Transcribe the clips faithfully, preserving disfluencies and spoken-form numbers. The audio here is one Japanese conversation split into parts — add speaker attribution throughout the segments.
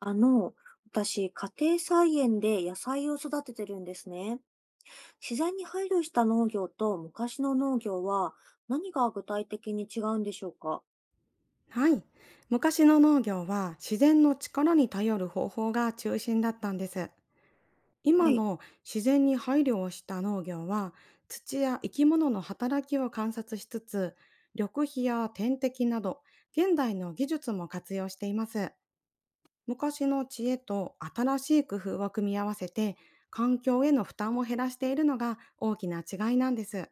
Speaker 1: あの、私、家庭菜園で野菜を育ててるんですね。自然に配慮した農業と昔の農業は何が具体的に違うんでしょうか？
Speaker 2: はい。昔の農業は自然の力に頼る方法が中心だったんです。
Speaker 1: は
Speaker 2: 今
Speaker 1: い。
Speaker 2: の自然に配慮をした農業は、土や生き物の働きを観察しつつ、緑肥や天敵など現代の技術も活用しています。昔の知恵と新しい工夫を組み合わせて、環境への負担を減らしているのが大きな違いなんです。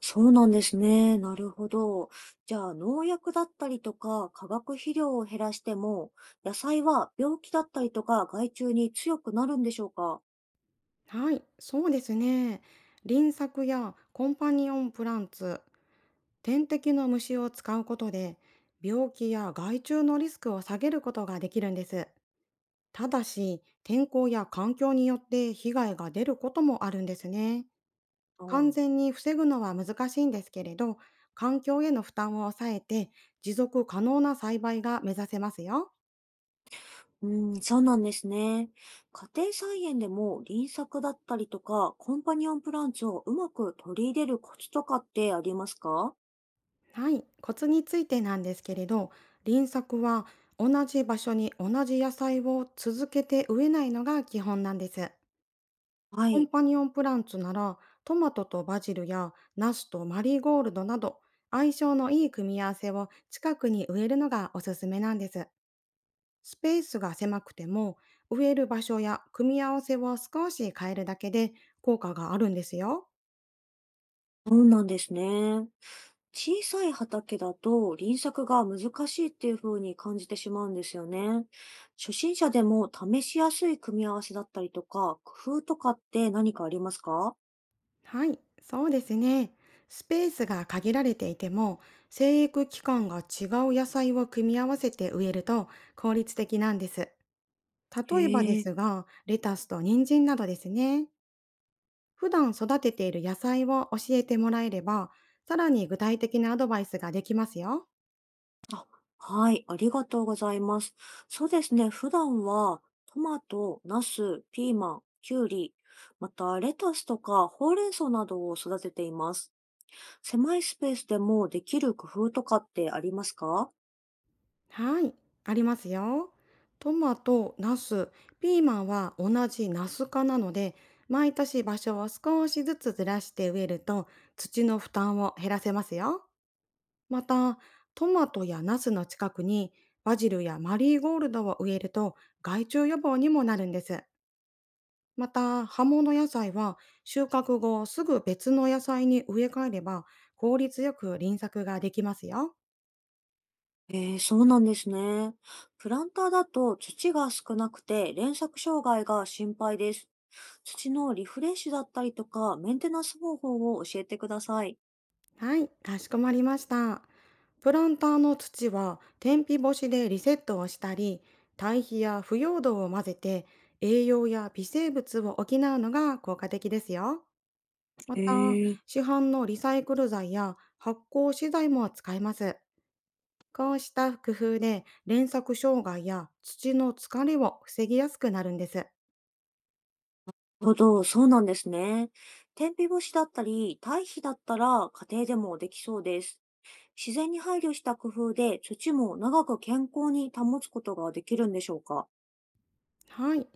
Speaker 1: そうなんですね。なるほど。じゃあ、農薬だったりとか、化学肥料を減らしても、野菜は病気だったりとか、害虫に強くなるんでしょうか？
Speaker 2: はい、そうですね。輪作やコンパニオンプランツ、天敵の虫を使うことで、病気や害虫のリスクを下げることができるんです。ただし、天候や環境によって被害が出ることもあるんですね。
Speaker 1: う
Speaker 2: 完
Speaker 1: ん。
Speaker 2: 全に防ぐのは難しいんですけれど、環境への負担を抑えて持続可能な栽培が目指せますよ。
Speaker 1: うん、そうなんですね。家庭菜園でも輪作だったりとか、コンパニオンプランツをうまく取り入れるコツとかってありますか？
Speaker 2: はい、コツについてなんですけれど、輪作は同じ場所に同じ野菜を続けて植えないのが基本なんです。
Speaker 1: は
Speaker 2: コン
Speaker 1: い。
Speaker 2: パニオンプランツなら、トマトとバジルやナスとマリーゴールドなど、相性のいい組み合わせを近くに植えるのがおすすめなんです。スペースが狭くても、植える場所や組み合わせを少し変えるだけで効果があるんですよ。
Speaker 1: そうなんですね。小さい畑だと輪作が難しいっていう風に感じてしまうんですよね。初心者でも試しやすい組み合わせだったりとか、工夫とかって何かありますか？
Speaker 2: はい、そうですね。スペースが限られていても、生育期間が違う野菜を組み合わせて植えると効率的なんです。例えばで
Speaker 1: へえ。
Speaker 2: すが、レタスと人参などですね。普段育てている野菜を教えてもらえれば、さらに具体的なアドバイスができますよ。
Speaker 1: あ、はい、ありがとうございます。そうですね、普段はトマト、ナス、ピーマン、キュウリ、またレタスとかほうれん草などを育てています。狭いスペースでもできる工夫とかってありますか？
Speaker 2: はい、ありますよ。トマト、ナス、ピーマンは同じナス科なので、毎年場所を少しずつずらして植えると土の負担を減らせますよ。また、トマトやナスの近くにバジルやマリーゴールドを植えると、害虫予防にもなるんです。また、葉物野菜は収穫後すぐ別の野菜に植え替えれば、効率よく輪作ができますよ。
Speaker 1: えー、そうなんですね。プランターだと土が少なくて連作障害が心配です。土のリフレッシュだったりとかメンテナンス方法を教えてください。
Speaker 2: はい、かしこまりました。プランターの土は天日干しでリセットをしたり、堆肥や腐葉土を混ぜて栄養や微生物を補うのが効果的ですよ。ま
Speaker 1: え
Speaker 2: た、
Speaker 1: ー
Speaker 2: 市販のリサイクル材や発酵資材も使えます。こうした工夫で連作障害や土の疲れを防ぎやすくなるんです。
Speaker 1: ほど、そうなんですね。天日干しだったり、堆肥だったら家庭でもできそうです。自然に配慮した工夫で土も長く健康に保つことができるんでしょうか？
Speaker 2: はい。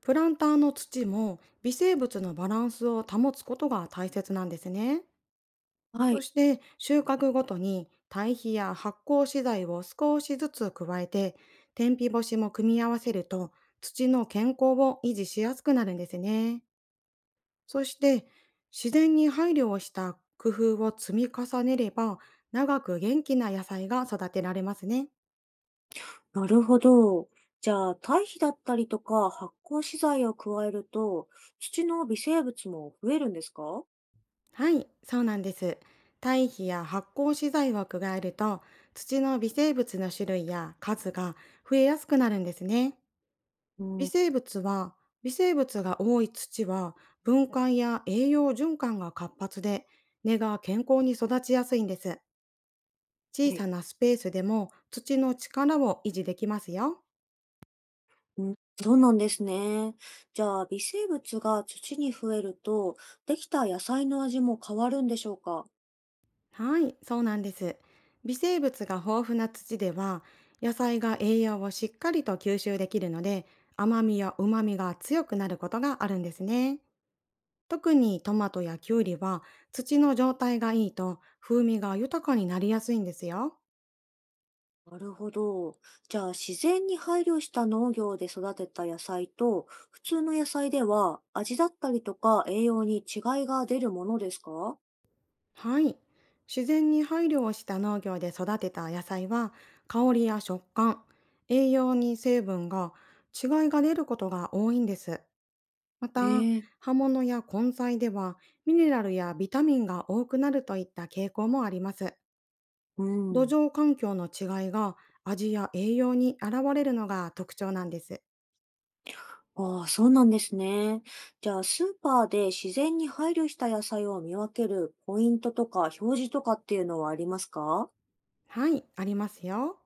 Speaker 2: プランターの土も微生物のバランスを保つことが大切なんですね。
Speaker 1: は
Speaker 2: そ
Speaker 1: い。
Speaker 2: して、収穫ごとに堆肥や発酵資材を少しずつ加えて、天日干しも組み合わせると、土の健康を維持しやすくなるんですね。そして、自然に配慮をした工夫を積み重ねれば、長く元気な野菜が育てられますね。
Speaker 1: なるほど。じゃあ、堆肥だったりとか発酵資材を加えると、土の微生物も増えるんですか？
Speaker 2: はい、そうなんです。堆肥や発酵資材を加えると、土の微生物の種類や数が増えやすくなるんですね。
Speaker 1: う
Speaker 2: 微
Speaker 1: ん。
Speaker 2: 生物は微生物が多い土は、分解や栄養循環が活発で、根が健康に育ちやすいんです。小
Speaker 1: はい。
Speaker 2: さなスペースでも土の力を維持できますよ。
Speaker 1: うん、そうなんですね。じゃあ、微生物が土に増えると、できた野菜の味も変わるんでしょうか？
Speaker 2: はい、そうなんです。微生物が豊富な土では、野菜が栄養をしっかりと吸収できるので、甘みや旨みが強くなることがあるんですね。特にトマトやキュウリは、土の状態がいいと風味が豊かになりやすいんですよ。
Speaker 1: なるほど。じゃあ、自然に配慮した農業で育てた野菜と、普通の野菜では、味だったりとか栄養に違いが出るものですか？
Speaker 2: はい。自然に配慮をした農業で育てた野菜は、香りや食感、栄養に成分が違いが出ることが多いんです。ま
Speaker 1: え
Speaker 2: た、
Speaker 1: え、
Speaker 2: 葉物や根菜ではミネラルやビタミンが多くなるといった傾向もあります。
Speaker 1: う
Speaker 2: 土
Speaker 1: ん。
Speaker 2: 壌環境の違いが味や栄養に現れるのが特徴なんです。
Speaker 1: ああ、そうなんですね。じゃあ、スーパーで自然に配慮した野菜を見分けるポイントとか表示とかっていうのはありますか？
Speaker 2: はい、ありますよ。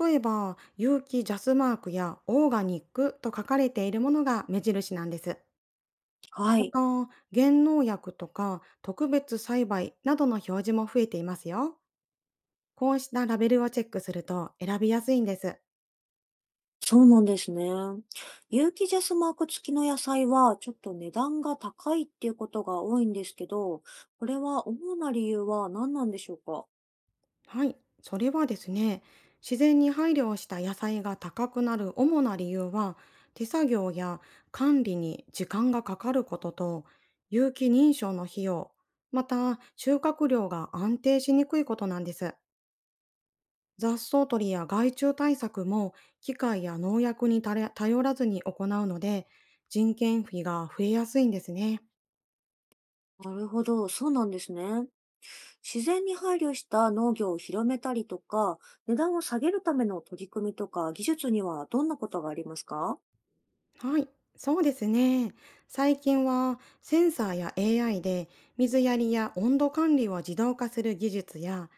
Speaker 2: 例えば、有機ジャスマークやオーガニックと書かれているものが目印なんです。
Speaker 1: は
Speaker 2: ま
Speaker 1: い。
Speaker 2: た、減農薬とか特別栽培などの表示も増えていますよ。こうしたラベルをチェックすると選びやすいんです。
Speaker 1: そうなんですね。有機ジャスマーク付きの野菜はちょっと値段が高いっていうことが多いんですけど、これは主な理由は何なんでしょうか？
Speaker 2: はい、それはですね、自然に配慮をした野菜が高くなる主な理由は、手作業や管理に時間がかかることと、有機認証の費用、また収穫量が安定しにくいことなんです。雑草取りや害虫対策も、機械や農薬に頼ら頼らずに行うので、人件費が増えやすいんですね。
Speaker 1: なるほど、そうなんですね。自然に配慮した農業を広めたりとか、値段を下げるための取り組みとか技術にはどんなことがありますか？
Speaker 2: はい、そうですね。最近はセンサーや エーアイ で、水やりや温度管理を自動化する技術や、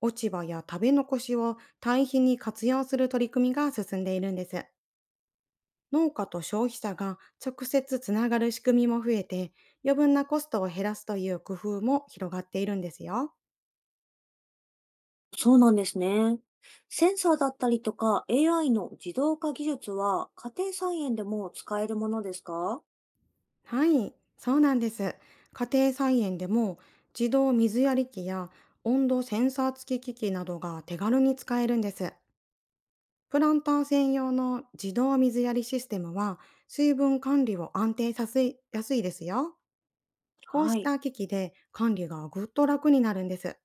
Speaker 2: 落ち葉や食べ残しを堆肥に活用する取り組みが進んでいるんです。農家と消費者が直接つながる仕組みも増えて、余分なコストを減らすという工夫も広がっているんですよ。
Speaker 1: そうなんですね。センサーだったりとか エーアイ の自動化技術は家庭菜園でも使えるものですか？
Speaker 2: はい、そうなんです。家庭菜園でも自動水やり機や温度センサー付き機器などが手軽に使えるんです。プランター専用の自動水やりシステムは、水分管理を安定させやすいですよ。こう
Speaker 1: は
Speaker 2: し
Speaker 1: い。
Speaker 2: た機器で管理がぐっと楽になるんです。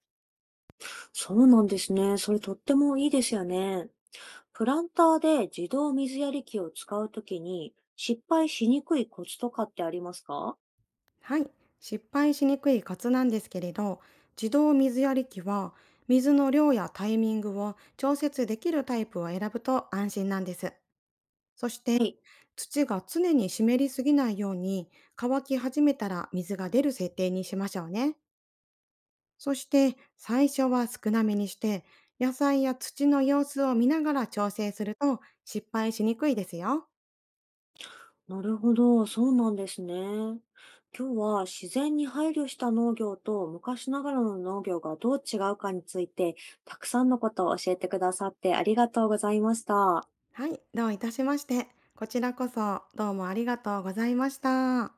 Speaker 1: そうなんですね。それとってもいいですよね。プランターで自動水やり機を使うときに失敗しにくいコツとかってありますか？
Speaker 2: はい。失敗しにくいコツなんですけれど、自動水やり機は水の量やタイミングを調節できるタイプを選ぶと安心なんです。そして、
Speaker 1: はい。
Speaker 2: 土が常に湿りすぎないように、乾き始めたら水が出る設定にしましょうね。そして、最初は少なめにして、野菜や土の様子を見ながら調整すると失敗しにくいですよ。
Speaker 1: なるほど。そうなんですね。今日は自然に配慮した農業と昔ながらの農業がどう違うかについてたくさんのことを教えてくださってありがとうございました。
Speaker 2: はい、どういたしまして。こちらこそどうもありがとうございました。